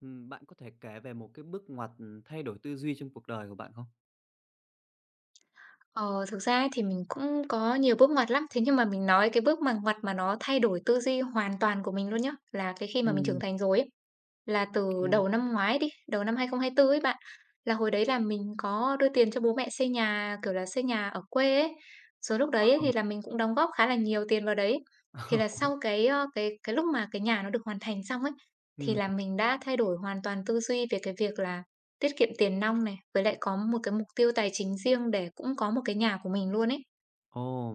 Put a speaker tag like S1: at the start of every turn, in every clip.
S1: Bạn có thể kể về một cái bước ngoặt, thay đổi tư duy trong cuộc đời của bạn không?
S2: Ờ, thực ra ấy thì mình cũng có nhiều bước ngoặt lắm. Thế nhưng mà mình nói cái bước ngoặt mà nó thay đổi tư duy hoàn toàn của mình luôn nhá, là cái khi mà mình trưởng
S1: Ừm,
S2: thành rồi ấy, là từ
S1: ok
S2: đầu năm ngoái đi, đầu năm 2024 ấy bạn, là hồi đấy là mình có đưa tiền cho bố mẹ xây nhà, kiểu là, xây nhà ở quê ấy. Rồi lúc
S1: ờ.
S2: đấy ấy thì là mình cũng đóng góp khá là nhiều tiền vào đấy. Thì là sau cái, cái lúc mà cái nhà nó được hoàn thành xong ấy, thì
S1: Ừm,
S2: là mình đã thay đổi hoàn toàn tư duy về cái việc là tiết kiệm tiền nong này, với lại có một cái mục tiêu tài chính riêng để cũng có một cái nhà của mình luôn ấy.
S1: ồ,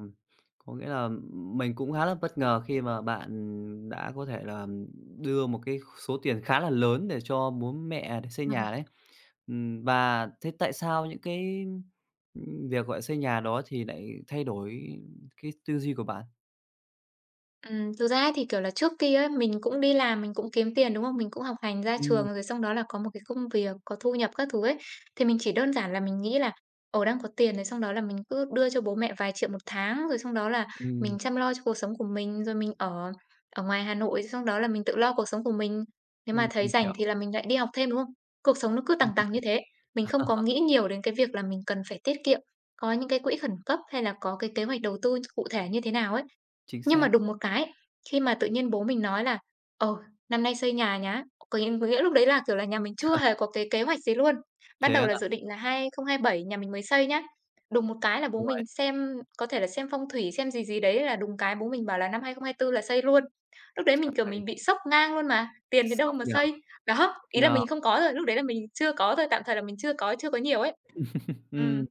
S1: có nghĩa là mình cũng khá là bất ngờ khi mà bạn đã có thể là đưa một cái số tiền khá là lớn để cho bố mẹ để xây nhà đấy. Và thế tại sao những cái, việc, gọi là, xây nhà đó thì lại thay đổi cái tư duy của bạn?
S2: Thực ra ấy thì, kiểu là, trước kia ấy, mình cũng đi làm, mình cũng kiếm tiền, đúng không? Mình cũng học hành ra trường
S1: Ừm.
S2: rồi xong đó là có một cái công việc, có thu nhập các thứ ấy. Thì mình chỉ đơn giản là mình nghĩ là, ờ, đang có tiền rồi xong đó là mình cứ đưa cho bố mẹ vài triệu một tháng, rồi xong đó là mình
S1: Ừm,
S2: chăm lo cho cuộc sống của mình, rồi mình ở ở ngoài Hà Nội, rồi xong đó là mình tự lo cuộc sống của mình. Nếu mà thấy
S1: mình
S2: rảnh
S1: hiểu.
S2: thì là mình lại đi học thêm, đúng không? Cuộc sống nó cứ tằng
S1: ừm,
S2: tằng như thế, mình không có nghĩ nhiều đến cái việc là mình cần phải tiết kiệm, có những cái quỹ khẩn cấp hay là có cái kế hoạch đầu tư cụ thể như thế nào ấy.
S1: Chính
S2: Nhưng mà
S1: xác.
S2: đùng một cái, khi mà tự nhiên bố mình nói là "Ờ, năm nay xây nhà nhá." Có nghĩa lúc đấy là, kiểu là, nhà mình chưa hề có cái kế hoạch gì luôn. Ban
S1: Thế
S2: đầu
S1: à?
S2: là dự định là 2027 nhà mình mới xây nhá. Đùng một cái là bố
S1: Uầy,
S2: mình xem có thể là xem phong thủy, xem gì gì đấy là đùng cái bố mình bảo là năm 2024 là xây luôn. Lúc đấy mình, kiểu,
S1: trời,
S2: mình bị sốc ngang luôn mà, tiền đến đâu
S1: sốc
S2: mà
S1: nhỉ?
S2: xây. Đó, ý là
S1: Ngờ,
S2: mình không có rồi, lúc đấy là mình chưa có thôi, tạm thời là mình chưa có nhiều ấy. Ừm,
S1: ừm,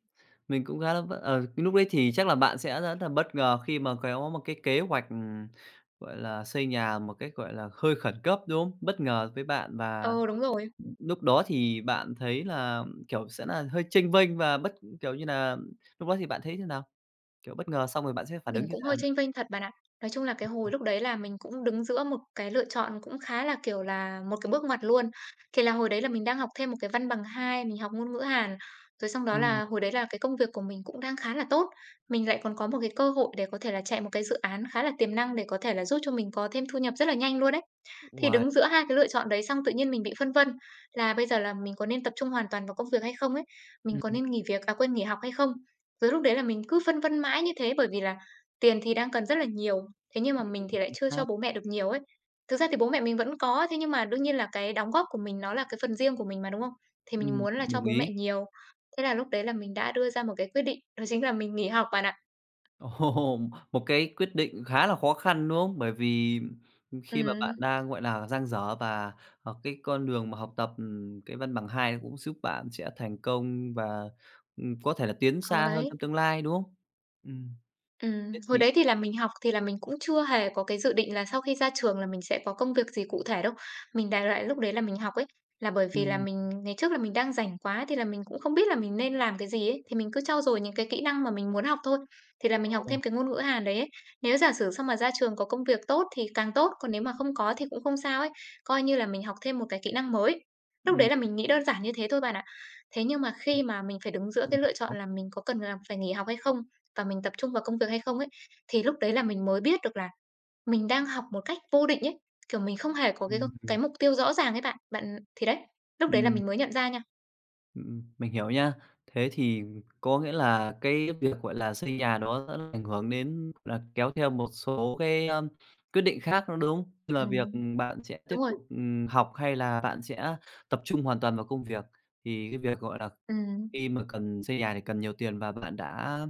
S1: mình cũng khá là bất ờ, Cái lúc đấy thì chắc là bạn sẽ rất là bất ngờ khi mà có một cái kế hoạch, gọi là, xây nhà một cách, gọi là, hơi khẩn cấp, đúng không? Bất ngờ với bạn và
S2: ừ, ờ đúng rồi.
S1: lúc đó thì bạn thấy là, kiểu, sẽ là hơi chênh vênh và bất kiểu như là, lúc đó thì bạn thấy thế nào? Kiểu, bất ngờ xong rồi bạn sẽ phản ứng
S2: Mình
S1: như
S2: cũng
S1: thế
S2: hơi
S1: nào?
S2: chênh vênh thật bạn ạ. Nói chung là cái hồi lúc đấy là mình cũng đứng giữa một cái lựa chọn cũng khá là, kiểu là, một cái bước ngoặt luôn. Thì là hồi đấy là mình đang học thêm một cái văn bằng 2 mình học ngôn ngữ Hàn. Rồi xong đó
S1: Ừm,
S2: là hồi đấy là cái công việc của mình cũng đang khá là tốt, mình lại còn có một cái cơ hội để có thể là chạy một cái dự án khá là tiềm năng để có thể là giúp cho mình có thêm thu nhập rất là nhanh luôn đấy. Thì
S1: Uầy.
S2: đứng giữa hai cái lựa chọn đấy xong tự nhiên mình bị phân vân là bây giờ là mình có nên tập trung hoàn toàn vào công việc hay không ấy, mình có
S1: ừm,
S2: nên nghỉ việc à, quên, nghỉ học hay không? Rồi lúc đấy là mình cứ phân vân mãi như thế bởi vì là tiền thì đang cần rất là nhiều, thế nhưng mà mình thì lại
S1: Chính
S2: chưa cho
S1: xác.
S2: bố mẹ được nhiều ấy. Thực ra thì bố mẹ mình vẫn có, thế nhưng mà đương nhiên là cái đóng góp của mình nó là cái phần riêng của mình mà, đúng không? Thì mình muốn là cho
S1: Đồng
S2: bố mẹ
S1: ý.
S2: nhiều. Thế là lúc đấy là mình đã đưa ra một cái quyết định, đó chính là mình nghỉ học bạn ạ.
S1: Ồ, một cái quyết định khá là khó khăn, đúng không? Bởi vì khi mà
S2: Ừ,
S1: bạn đang, gọi là, dang dở và, cái con đường mà học tập, cái văn bằng 2 cũng giúp bạn sẽ thành công và, có thể là tiến
S2: ồ
S1: xa hơn
S2: đấy.
S1: trong tương lai, đúng không? Ừm, thế
S2: Hồi
S1: thì
S2: đấy thì là mình học thì là mình cũng chưa hề có cái dự định là sau khi ra trường là mình sẽ có công việc gì cụ thể đâu. Mình đại loại lúc đấy là mình học ấy, là bởi vì là
S1: ừm,
S2: mình ngày trước là mình đang rảnh quá thì là mình cũng không biết là mình nên làm cái gì ấy, thì mình cứ trau dồi những cái kỹ năng mà mình muốn học thôi. Thì là mình học
S1: ồ,
S2: thêm cái ngôn ngữ Hàn đấy ấy. Nếu giả sử sau mà ra trường có công việc tốt thì càng tốt, còn nếu mà không có thì cũng không sao ấy, coi như là mình học thêm một cái kỹ năng mới. Lúc đấy
S1: ừm,
S2: là mình nghĩ đơn giản như thế thôi bạn ạ. Thế nhưng mà khi mà mình phải đứng giữa
S1: mình
S2: cái lựa
S1: hiểu.
S2: chọn là mình có cần là phải nghỉ học hay không, và mình tập trung vào công việc hay không ấy, thì lúc đấy là mình mới biết được là mình đang học một cách vô định ấy, kiểu, mình không hề có cái
S1: ừm,
S2: mục tiêu rõ ràng ấy bạn. Bạn thì đấy, lúc đấy là mình
S1: ừm.
S2: mới nhận ra nha.
S1: Mình hiểu nha. Thế thì có nghĩa là cái việc, gọi là, xây nhà đó sẽ ảnh hưởng đến là kéo theo một số cái, quyết định khác nữa, đúng không? Như là
S2: Ừm,
S1: việc, bạn sẽ tiếp
S2: đúng rồi,
S1: tục, học hay là bạn sẽ tập trung hoàn toàn vào công việc. Thì cái việc, gọi là,
S2: ừm,
S1: khi mà cần xây nhà thì cần nhiều tiền và bạn đã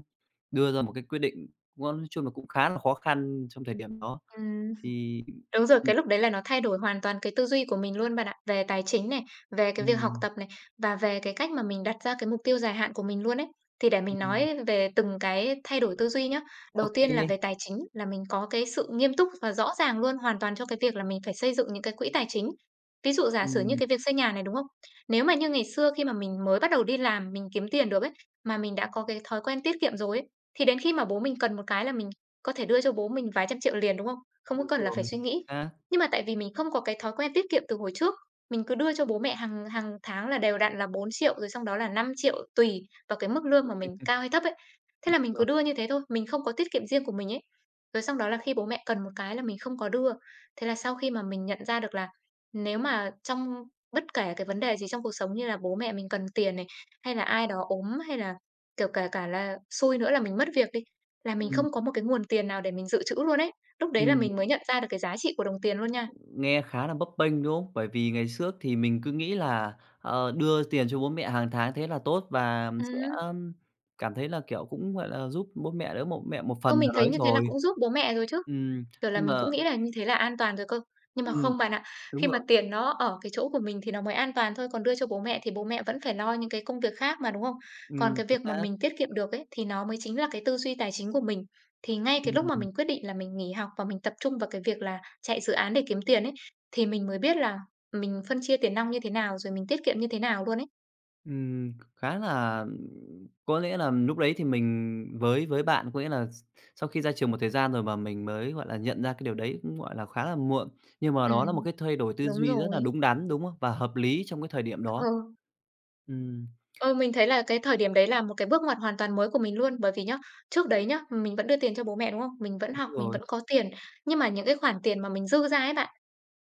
S1: đưa ra một cái quyết định nó nói chung là cũng khá là khó khăn trong thời điểm đó.
S2: ừm.
S1: Thì
S2: Đúng rồi,
S1: ừm,
S2: cái lúc đấy là nó thay đổi hoàn toàn cái tư duy của mình luôn bạn ạ, về tài chính này, về cái việc học
S1: ừm,
S2: tập này và về cái cách mà mình đặt ra cái mục tiêu dài hạn của mình luôn ấy. Thì để mình
S1: ừm,
S2: nói về từng cái thay đổi tư duy nhá.
S1: Ô
S2: Đầu tiên
S1: kê,
S2: là về tài chính là mình có cái sự nghiêm túc và rõ ràng luôn hoàn toàn cho cái việc là mình phải xây dựng những cái quỹ tài chính. Ví dụ giả sử như cái việc xây nhà này, đúng không? Nếu mà như ngày xưa khi mà mình mới bắt đầu đi làm, mình kiếm tiền được ấy, mà mình đã có cái thói quen tiết kiệm rồi ấy, thì đến khi mà bố mình cần một cái là mình có thể đưa cho bố mình vài trăm triệu liền, đúng không? Không có
S1: đúng
S2: cần là
S1: rồi,
S2: phải suy
S1: chính
S2: nghĩ.
S1: xác,
S2: Nhưng mà tại vì mình không có cái thói quen tiết kiệm từ hồi trước, mình cứ đưa cho bố mẹ hàng hàng tháng là đều đặn là 4 triệu rồi xong đó là 5 triệu tùy vào cái mức lương mà mình cao hay thấp ấy. Thế
S1: đúng
S2: là mình cứ
S1: rồi.
S2: đưa như thế thôi, mình không có tiết kiệm riêng của mình ấy. Rồi xong đó là khi bố mẹ cần một cái là mình không có đưa. Thế là sau khi mà mình nhận ra được là nếu mà trong bất kể cái vấn đề gì trong cuộc sống như là bố mẹ mình cần tiền này, hay là ai đó ốm hay là, kiểu, cả cả là xui nữa là mình mất việc đi, là mình không
S1: ừm,
S2: có một cái nguồn tiền nào để mình dự trữ luôn ấy. Lúc đấy là
S1: ừm.
S2: mình mới nhận ra được cái giá trị của đồng tiền luôn nha.
S1: Nghe khá là bấp bênh, đúng không? Bởi vì ngày trước thì mình cứ nghĩ là, đưa tiền cho bố mẹ hàng tháng thế là tốt và sẽ
S2: Ừm,
S1: cảm thấy là, kiểu, cũng, gọi là, giúp bố mẹ, đỡ một mẹ một
S2: ơ,
S1: phần
S2: mình
S1: nào
S2: thấy
S1: đấy
S2: như thế là
S1: rồi.
S2: cũng giúp bố mẹ rồi chứ,
S1: Ừm,
S2: kiểu là,
S1: nhưng
S2: mình
S1: mà
S2: cũng nghĩ là như thế là an toàn rồi cơ. Nhưng mà
S1: ừm,
S2: không bạn ạ,
S1: đúng
S2: khi mà
S1: rồi.
S2: tiền nó ở cái chỗ của mình thì nó mới an toàn thôi, còn đưa cho bố mẹ thì bố mẹ vẫn phải lo những cái công việc khác mà, đúng không? Còn cái
S1: Chính
S2: việc mà
S1: xác.
S2: mình tiết kiệm được ấy, thì nó mới chính là cái tư duy tài chính của mình. Thì ngay cái lúc mà
S1: Ừm,
S2: mình quyết định là mình nghỉ học và mình tập trung vào cái việc là chạy dự án để kiếm tiền ấy, thì mình mới biết là mình phân chia tiền nong như thế nào, rồi mình tiết kiệm như thế nào luôn ấy.
S1: khá là Có lẽ là lúc đấy thì mình với bạn có nghĩa là sau khi ra trường một thời gian rồi mà mình mới, gọi là, nhận ra cái điều đấy cũng, gọi là, khá là muộn. Nhưng mà đó là một
S2: Ừm,
S1: cái thay đổi tư
S2: đúng
S1: duy rất là
S2: rồi.
S1: đúng đắn, đúng không? Và hợp lý trong cái thời điểm
S2: Ờ,
S1: đó. Ừm,
S2: ờ, mình thấy là cái thời điểm đấy là một cái bước ngoặt hoàn toàn mới của mình luôn. Bởi vì nhá, trước đấy nhá, mình vẫn đưa tiền cho bố mẹ, đúng không? Mình vẫn học,
S1: Đúng
S2: mình
S1: rồi.
S2: vẫn có tiền, nhưng mà những cái khoản tiền mà mình dư ra ấy bạn,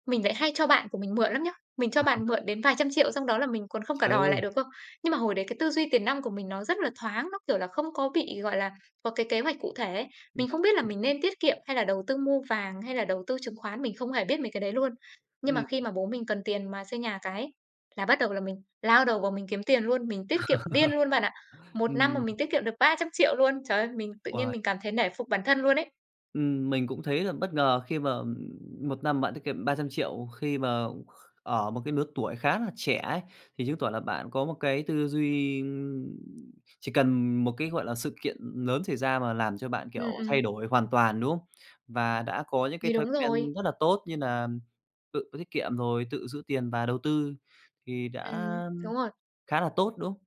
S2: mình lại hay cho bạn của mình mượn lắm nhá. Mình cho bạn mượn đến vài trăm triệu xong đó là mình còn không cả
S1: Trời
S2: đòi
S1: ơi!
S2: lại được cơ. Nhưng mà hồi đấy cái tư duy tiền nong của mình nó rất là thoáng, nó, kiểu là, không có bị, gọi là, có cái kế hoạch cụ thể ấy. Mình
S1: Phải
S2: không biết là
S1: thế.
S2: mình nên tiết kiệm hay là đầu tư mua vàng hay là đầu tư chứng khoán, mình không hề biết mấy cái đấy luôn. Nhưng mà
S1: Ừm,
S2: khi mà bố mình cần tiền mà xây nhà là bắt đầu là mình lao đầu vào mình kiếm tiền luôn, mình tiết kiệm điên luôn bạn ạ. Một năm mà
S1: ừm,
S2: mình tiết kiệm được 300 triệu luôn. Trời ơi, mình tự nhiên
S1: uầy,
S2: mình cảm thấy nể phục bản thân luôn ấy.
S1: mình cũng thấy là bất ngờ khi mà, một năm bạn tiết kiệm 300 triệu khi mà ở một cái lứa tuổi khá là trẻ ấy, thì chứng tỏ là bạn có một cái tư duy, chỉ cần một cái, gọi là, sự kiện lớn xảy ra mà làm cho bạn,
S2: Ừ,
S1: kiểu,
S2: ừm.
S1: thay đổi hoàn toàn, đúng không? Và đã có những cái
S2: Thì
S1: thói
S2: đúng rồi.
S1: quen rất là tốt như là tự tiết kiệm rồi tự giữ tiền và đầu tư thì đã
S2: Đúng rồi.
S1: khá là tốt, đúng không?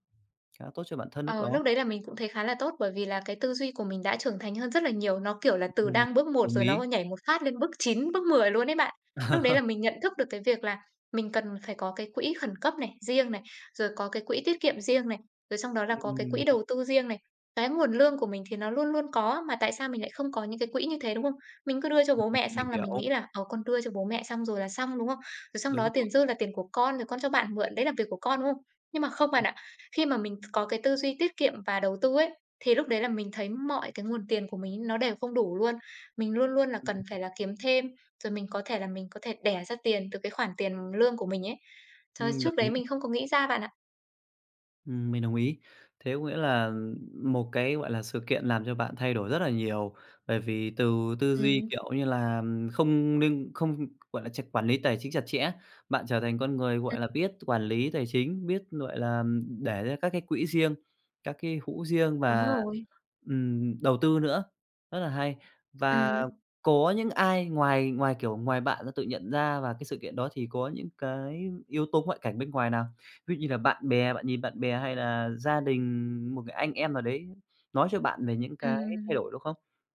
S1: Khá tốt cho bản thân lúc
S2: Ờ,
S1: đó.
S2: lúc đấy là mình cũng thấy khá là tốt, bởi vì là cái tư duy của mình đã trưởng thành hơn rất là nhiều. Nó, kiểu là, từ
S1: Ừm,
S2: đang bước một
S1: Đồng
S2: rồi
S1: ý.
S2: nó nhảy một phát lên bước 9 bước 10 luôn đấy bạn. Lúc đấy là mình nhận thức được cái việc là mình cần phải có cái quỹ khẩn cấp này, riêng này, rồi có cái quỹ tiết kiệm riêng này, rồi trong đó là
S1: Ừm,
S2: có cái
S1: ừm.
S2: quỹ đầu tư riêng này. Cái nguồn lương của mình thì nó luôn luôn có, mà tại sao mình lại không có những cái quỹ như thế, đúng không? Mình cứ đưa cho bố mẹ
S1: Mình
S2: xong là mình
S1: hiểu,
S2: nghĩ là, ờ, con đưa cho bố mẹ xong rồi là xong, đúng không? Rồi xong đó
S1: đúng rồi.
S2: tiền dư là tiền của con, rồi con cho bạn mượn, đấy là việc của con, đúng không? Nhưng mà không bạn
S1: Ừm,
S2: ạ, khi mà mình có cái tư duy tiết kiệm và đầu tư ấy, thì lúc đấy là mình thấy mọi cái nguồn tiền của mình nó đều không đủ luôn. Mình luôn luôn là
S1: ừm.
S2: cần phải là kiếm thêm, rồi mình có thể đẻ ra tiền từ cái khoản tiền lương của mình ấy. Trời,
S1: Đồng
S2: trước đấy
S1: ý.
S2: mình không có nghĩ ra bạn ạ.
S1: Mình đồng ý. Thế có nghĩa là một cái, gọi là, sự kiện làm cho bạn thay đổi rất là nhiều, bởi vì từ tư duy,
S2: Ừm.
S1: kiểu như là, không, gọi là, chặt quản lý tài chính chặt chẽ, bạn trở thành con người,
S2: Ừm,
S1: gọi là, biết quản lý tài chính, biết, gọi là, để ra các cái quỹ riêng, các cái hũ riêng
S2: đúng
S1: và,
S2: rồi.
S1: đầu tư nữa, rất là hay. Và
S2: Ừm,
S1: có những ai ngoài ngoài, kiểu, ngoài bạn đã tự nhận ra và cái sự kiện đó thì có những cái yếu tố ngoại cảnh bên ngoài nào? Ví dụ như là bạn bè, bạn nhìn bạn bè hay là gia đình, một cái anh em nào đấy nói cho bạn về những cái thay
S2: ừm.
S1: đổi đúng không?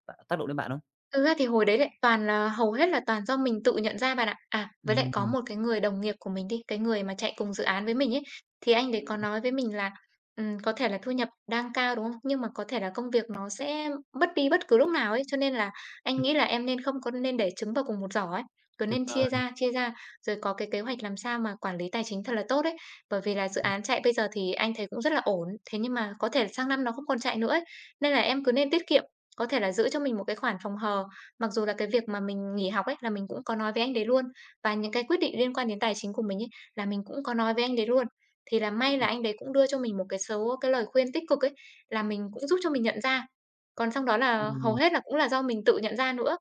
S1: Bạn tác động đến bạn không?
S2: Thực ra thì hồi đấy lại toàn là hầu hết là toàn do mình tự nhận ra bạn ạ. À, với lại có
S1: Ừm,
S2: một cái người đồng nghiệp của mình đi, cái người mà chạy cùng dự án với mình ấy, thì anh đấy có nói với mình là, có thể là thu nhập đang cao, đúng không? Nhưng mà có thể là công việc nó sẽ mất đi bất cứ lúc nào ấy, cho nên là anh nghĩ
S1: ừm,
S2: là em nên không có nên để trứng vào cùng một giỏ ấy, cứ
S1: Tuyệt
S2: nên
S1: vời.
S2: chia ra, rồi có cái kế hoạch làm sao mà quản lý tài chính thật là tốt ấy. Bởi vì là dự án chạy bây giờ thì anh thấy cũng rất là ổn, thế nhưng mà có thể sang năm nó không còn chạy nữa ấy, nên là em cứ nên tiết kiệm, có thể là giữ cho mình một cái khoản phòng hờ, mặc dù là cái việc mà mình nghỉ học ấy là mình cũng có nói với anh đấy luôn, và những cái quyết định liên quan đến tài chính của mình ấy là mình cũng có nói với anh đấy luôn. Thì là may là anh đấy cũng đưa cho mình một cái số cái lời khuyên tích cực ấy, là mình cũng giúp cho mình nhận ra. Còn sau đó là hầu hết là cũng là do mình tự nhận ra nữa.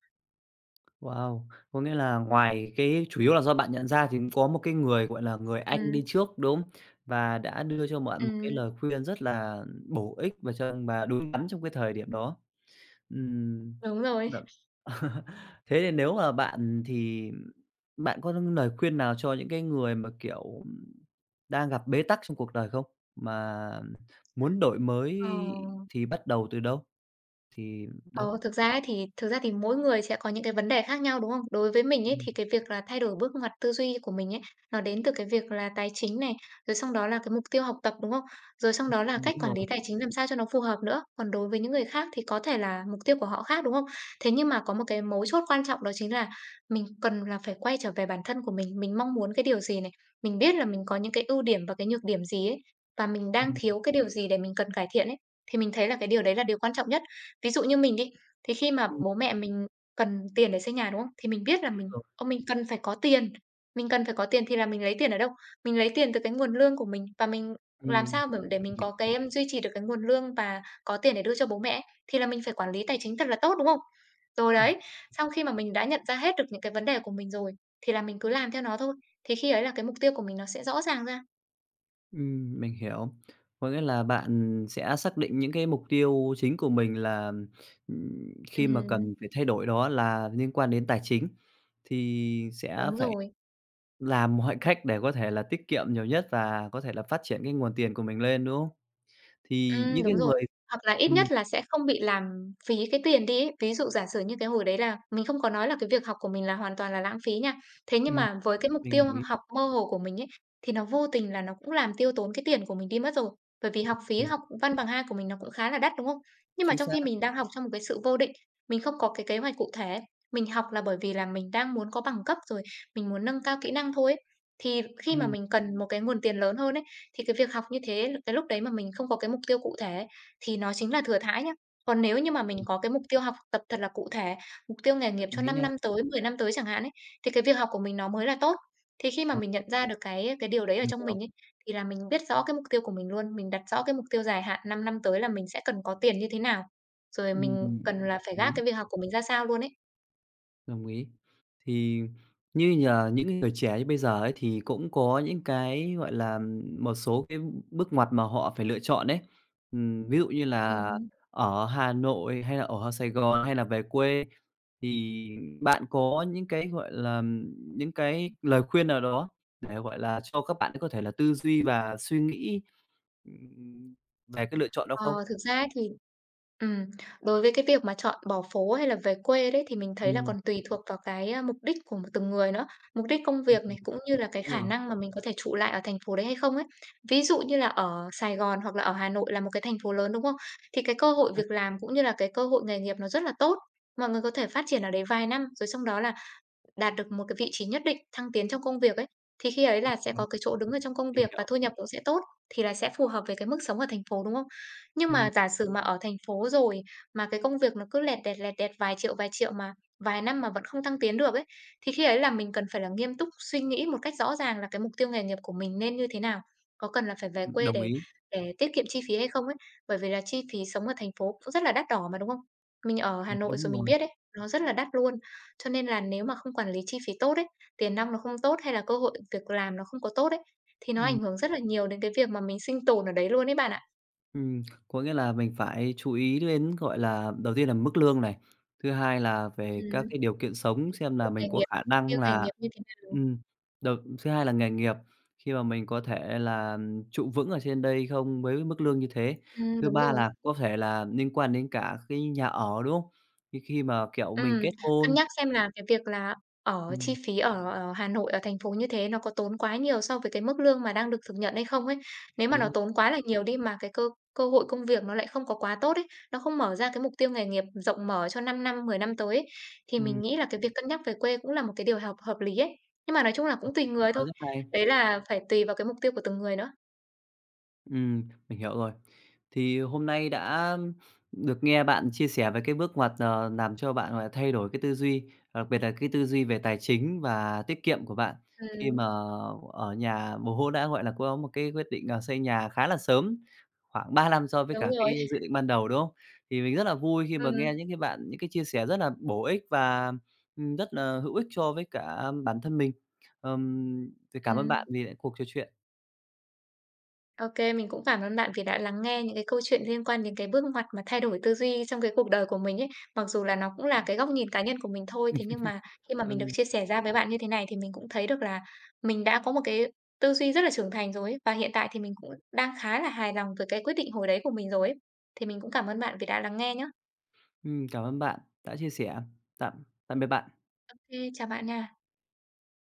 S1: Wow! Có nghĩa là ngoài cái chủ yếu là do bạn nhận ra thì cũng có một cái người, gọi là, người anh
S2: Ừm,
S1: đi trước, đúng không? Và đã đưa cho bạn một cái
S2: ừm,
S1: lời khuyên rất là bổ ích và đúng đắn trong cái thời điểm đó. Ừm.
S2: đúng rồi.
S1: Dạ. Thế thì nếu mà bạn có lời khuyên nào cho những cái người mà, kiểu, đang gặp bế tắc trong cuộc đời không? Mà muốn đổi mới
S2: Ờ.
S1: thì bắt đầu từ đâu? Thì đó,
S2: Ờ, thực ra thì mỗi người sẽ có những cái vấn đề khác nhau, đúng không? Đối với mình ấy,
S1: ừm,
S2: thì cái việc là thay đổi bước ngoặt tư duy của mình ấy, nó đến từ cái việc là tài chính này, rồi xong đó là cái mục tiêu học tập, đúng không? Rồi xong đó là cách
S1: Đúng
S2: quản
S1: rồi.
S2: lý tài chính làm sao cho nó phù hợp nữa. Còn đối với những người khác thì có thể là mục tiêu của họ khác, đúng không? Thế nhưng mà có một cái mấu chốt quan trọng đó chính là mình cần là phải quay trở về bản thân của mình mong muốn cái điều gì này, mình biết là mình có những cái ưu điểm và cái nhược điểm gì ấy, và mình đang
S1: Ừm,
S2: thiếu cái điều gì để mình cần cải thiện ấy, thì mình thấy là cái điều đấy là điều quan trọng nhất. Ví dụ như mình đi, thì khi mà
S1: ừm,
S2: bố mẹ mình cần tiền để xây nhà, đúng không? Thì mình biết là
S1: Đúng
S2: mình
S1: rồi.
S2: "Ô, mình cần phải có tiền." Mình cần phải có tiền thì là mình lấy tiền ở đâu? Mình lấy tiền từ cái nguồn lương của mình và mình làm
S1: Ừm,
S2: sao mà để
S1: mình
S2: mình có
S1: hiểu.
S2: cái, duy trì được cái nguồn lương và có tiền để đưa cho bố mẹ ấy, thì là mình phải quản lý tài chính thật là tốt, đúng không? Rồi đấy, sau khi mà mình đã nhận ra hết được những cái vấn đề của mình rồi, thì là mình cứ làm theo nó thôi, thì khi ấy là cái mục tiêu của mình nó sẽ rõ ràng ra.
S1: Mình hiểu. Có nghĩa là bạn sẽ xác định những cái mục tiêu chính của mình là, khi mà cần
S2: Ừm.
S1: phải thay đổi đó là liên quan đến tài chính, thì sẽ
S2: Đúng
S1: phải
S2: rồi.
S1: làm mọi cách để có thể là tiết kiệm nhiều nhất và có thể là phát triển cái nguồn tiền của mình lên, đúng không? Thì những cái
S2: Đúng rồi.
S1: người
S2: Hoặc là ít
S1: ừm,
S2: nhất là sẽ không bị làm phí cái tiền đi ấy. Ví dụ giả sử như cái hồi đấy là mình không có nói là cái việc học của mình là hoàn toàn là lãng phí nha. Thế nhưng
S1: ừm,
S2: mà với cái mục
S1: mình
S2: tiêu
S1: đồng ý.
S2: học mơ hồ của mình ấy, thì nó vô tình là nó cũng làm tiêu tốn cái tiền của mình đi mất rồi. Bởi vì học phí
S1: ừm,
S2: học Văn bằng 2 của mình nó cũng khá là đắt, đúng không? Nhưng mà
S1: Chính
S2: trong
S1: xác.
S2: khi mình đang học trong một cái sự vô định, mình không có cái kế hoạch cụ thể. Mình học là bởi vì là mình đang muốn có bằng cấp rồi, mình muốn nâng cao kỹ năng thôi ấy. Thì khi mà
S1: ừm,
S2: mình cần một cái nguồn tiền lớn hơn ấy, thì cái việc học như thế, cái lúc đấy mà mình không có cái mục tiêu cụ thể thì nó chính là thừa thãi nhá. Còn nếu như mà mình có cái mục tiêu học tập thật là cụ thể, mục tiêu nghề nghiệp cho
S1: Đồng ý
S2: 5
S1: nha.
S2: năm tới, 10 năm tới chẳng hạn ấy, thì cái việc học của mình nó mới là tốt. Thì khi mà
S1: Ờ,
S2: mình nhận ra được cái điều đấy ở
S1: mình
S2: trong
S1: hiểu.
S2: mình ấy, thì là mình biết rõ cái mục tiêu của mình luôn, mình đặt rõ cái mục tiêu dài hạn 5 năm tới là mình sẽ cần có tiền như thế nào, rồi mình
S1: ừm,
S2: cần là phải
S1: Đồng
S2: gác
S1: ý.
S2: cái việc học của mình ra sao luôn ấy.
S1: Đồng ý. Thì như nhờ những người trẻ như bây giờ ấy thì cũng có những cái, gọi là, một số cái bước ngoặt mà họ phải lựa chọn đấy. Ví dụ như là
S2: Ừm.
S1: ở Hà Nội hay là ở Sài Gòn hay là về quê thì bạn có những cái, gọi là, những cái lời khuyên nào đó để, gọi là, cho các bạn có thể là tư duy và suy nghĩ, ừm, về cái lựa chọn đó
S2: Ờ,
S1: không?
S2: thực ra ấy thì, ừm, đối với cái việc mà chọn bỏ phố hay là về quê đấy thì mình thấy là
S1: Ừm,
S2: còn tùy thuộc vào cái, mục đích của từng người nữa, mục đích công
S1: ừm,
S2: việc
S1: ừm,
S2: này, cũng như là cái
S1: Đúng
S2: khả
S1: rồi.
S2: năng mà mình có thể trụ lại ở thành phố đấy hay không ấy. Ví dụ như là ở Sài Gòn hoặc là ở Hà Nội là một cái thành phố lớn, đúng không? Thì cái cơ hội
S1: Xác.
S2: việc làm cũng như là cái cơ hội nghề nghiệp nó rất là tốt, mọi người có thể phát triển ở đấy vài năm, rồi xong đó là đạt được một cái vị trí nhất định, thăng tiến trong công việc ấy, thì khi ấy là sẽ
S1: Ừm,
S2: có cái chỗ đứng ở trong công
S1: mình
S2: việc và
S1: hiểu.
S2: thu nhập cũng sẽ tốt, thì là sẽ phù hợp với cái mức sống ở thành phố, đúng không? Nhưng
S1: Ừm,
S2: mà giả sử mà ở thành phố rồi mà cái công việc nó cứ lẹt đẹt vài triệu mà vài năm mà vẫn không thăng tiến được ấy, thì khi ấy là mình cần phải là nghiêm túc suy nghĩ một cách rõ ràng là cái mục tiêu nghề nghiệp của mình nên như thế nào, có cần là phải về quê
S1: Đồng
S2: để
S1: ý.
S2: để tiết kiệm chi phí hay không ấy, bởi vì là chi phí sống ở thành phố cũng rất là đắt đỏ mà, đúng không? Mình ở Hà Nội rồi
S1: Đúng
S2: mình
S1: rồi.
S2: biết đấy, nó rất là đắt luôn. Cho nên là nếu mà không quản lý chi phí tốt ấy, tiền nong nó không tốt hay là cơ hội việc làm nó không có tốt ấy, thì nó ảnh
S1: Ừm,
S2: hưởng rất là nhiều đến cái việc mà mình sinh tồn ở đấy luôn ấy bạn ạ.
S1: ừm, có nghĩa là mình phải chú ý đến, gọi là, đầu tiên là mức lương này, thứ hai là về các
S2: Ừm.
S1: cái điều kiện sống xem
S2: Ví
S1: là
S2: nghề
S1: mình có
S2: nghiệp,
S1: khả
S2: riêng
S1: năng
S2: nghề nghiệp
S1: là
S2: như thế nào.
S1: ừm, đầu thứ hai là nghề nghiệp, khi mà mình có thể là trụ vững ở trên đây không với mức lương như thế. Thứ
S2: Đúng
S1: ba
S2: rồi.
S1: là có thể là liên quan đến cả cái nhà ở, đúng không? Khi khi mà, kiểu, mình
S2: Ừm,
S1: kết
S2: cân
S1: hôn.
S2: nhắc xem là cái việc là ở chi
S1: ừm,
S2: phí ở ở Hà Nội, ở thành phố như thế, nó có tốn quá nhiều so với cái mức lương mà đang được thực nhận hay không ấy. Nếu mà
S1: Đúng
S2: nó
S1: rồi.
S2: tốn quá là nhiều đi mà cái cơ cơ hội công việc nó lại không có quá tốt ấy, nó không mở ra cái mục tiêu nghề nghiệp rộng mở cho 5 năm, 10 năm tới ấy, thì mình
S1: ừm,
S2: nghĩ là cái việc cân nhắc về quê cũng là một cái điều hợp hợp lý ấy. Nhưng mà nói chung là cũng tùy
S1: Bạn
S2: người thôi,
S1: nói rất hay.
S2: đấy là phải tùy vào cái mục tiêu của từng người nữa.
S1: Mình hiểu rồi. Thì hôm nay đã được nghe bạn chia sẻ về cái bước ngoặt, làm cho bạn, gọi là, thay đổi cái tư duy, đặc biệt là cái tư duy về tài chính và tiết kiệm của bạn khi
S2: Ừm,
S1: mà ở nhà bố hô đã, gọi là, có một cái quyết định, xây nhà khá là sớm, khoảng 3 năm so với
S2: đúng
S1: cả cái
S2: rồi.
S1: dự định ban đầu, đúng không? Thì mình rất là vui khi mà nghe
S2: Ừm,
S1: những cái chia sẻ rất là bổ ích và, rất là hữu ích cho với cả bản thân mình. Ừm, thì cảm ơn
S2: ừm.
S1: bạn vì lại cuộc trò chuyện.
S2: OK, mình cũng cảm ơn bạn vì đã lắng nghe những cái câu chuyện liên quan đến cái bước ngoặt mà thay đổi tư duy trong cái cuộc đời của mình ấy. Mặc dù là nó cũng là cái góc nhìn cá nhân của mình thôi, thế nhưng mà khi mà mình được
S1: Ừm.
S2: chia sẻ ra với bạn như thế này thì mình cũng thấy được là mình đã có một cái tư duy rất là trưởng thành rồi ấy, và hiện tại thì mình cũng đang khá là hài lòng với cái quyết định hồi đấy của mình rồi ấy. Thì mình cũng cảm ơn bạn vì đã lắng nghe nhé.
S1: Cảm ơn bạn đã chia sẻ. Tạm tạm biệt bạn.
S2: OK, chào bạn nha.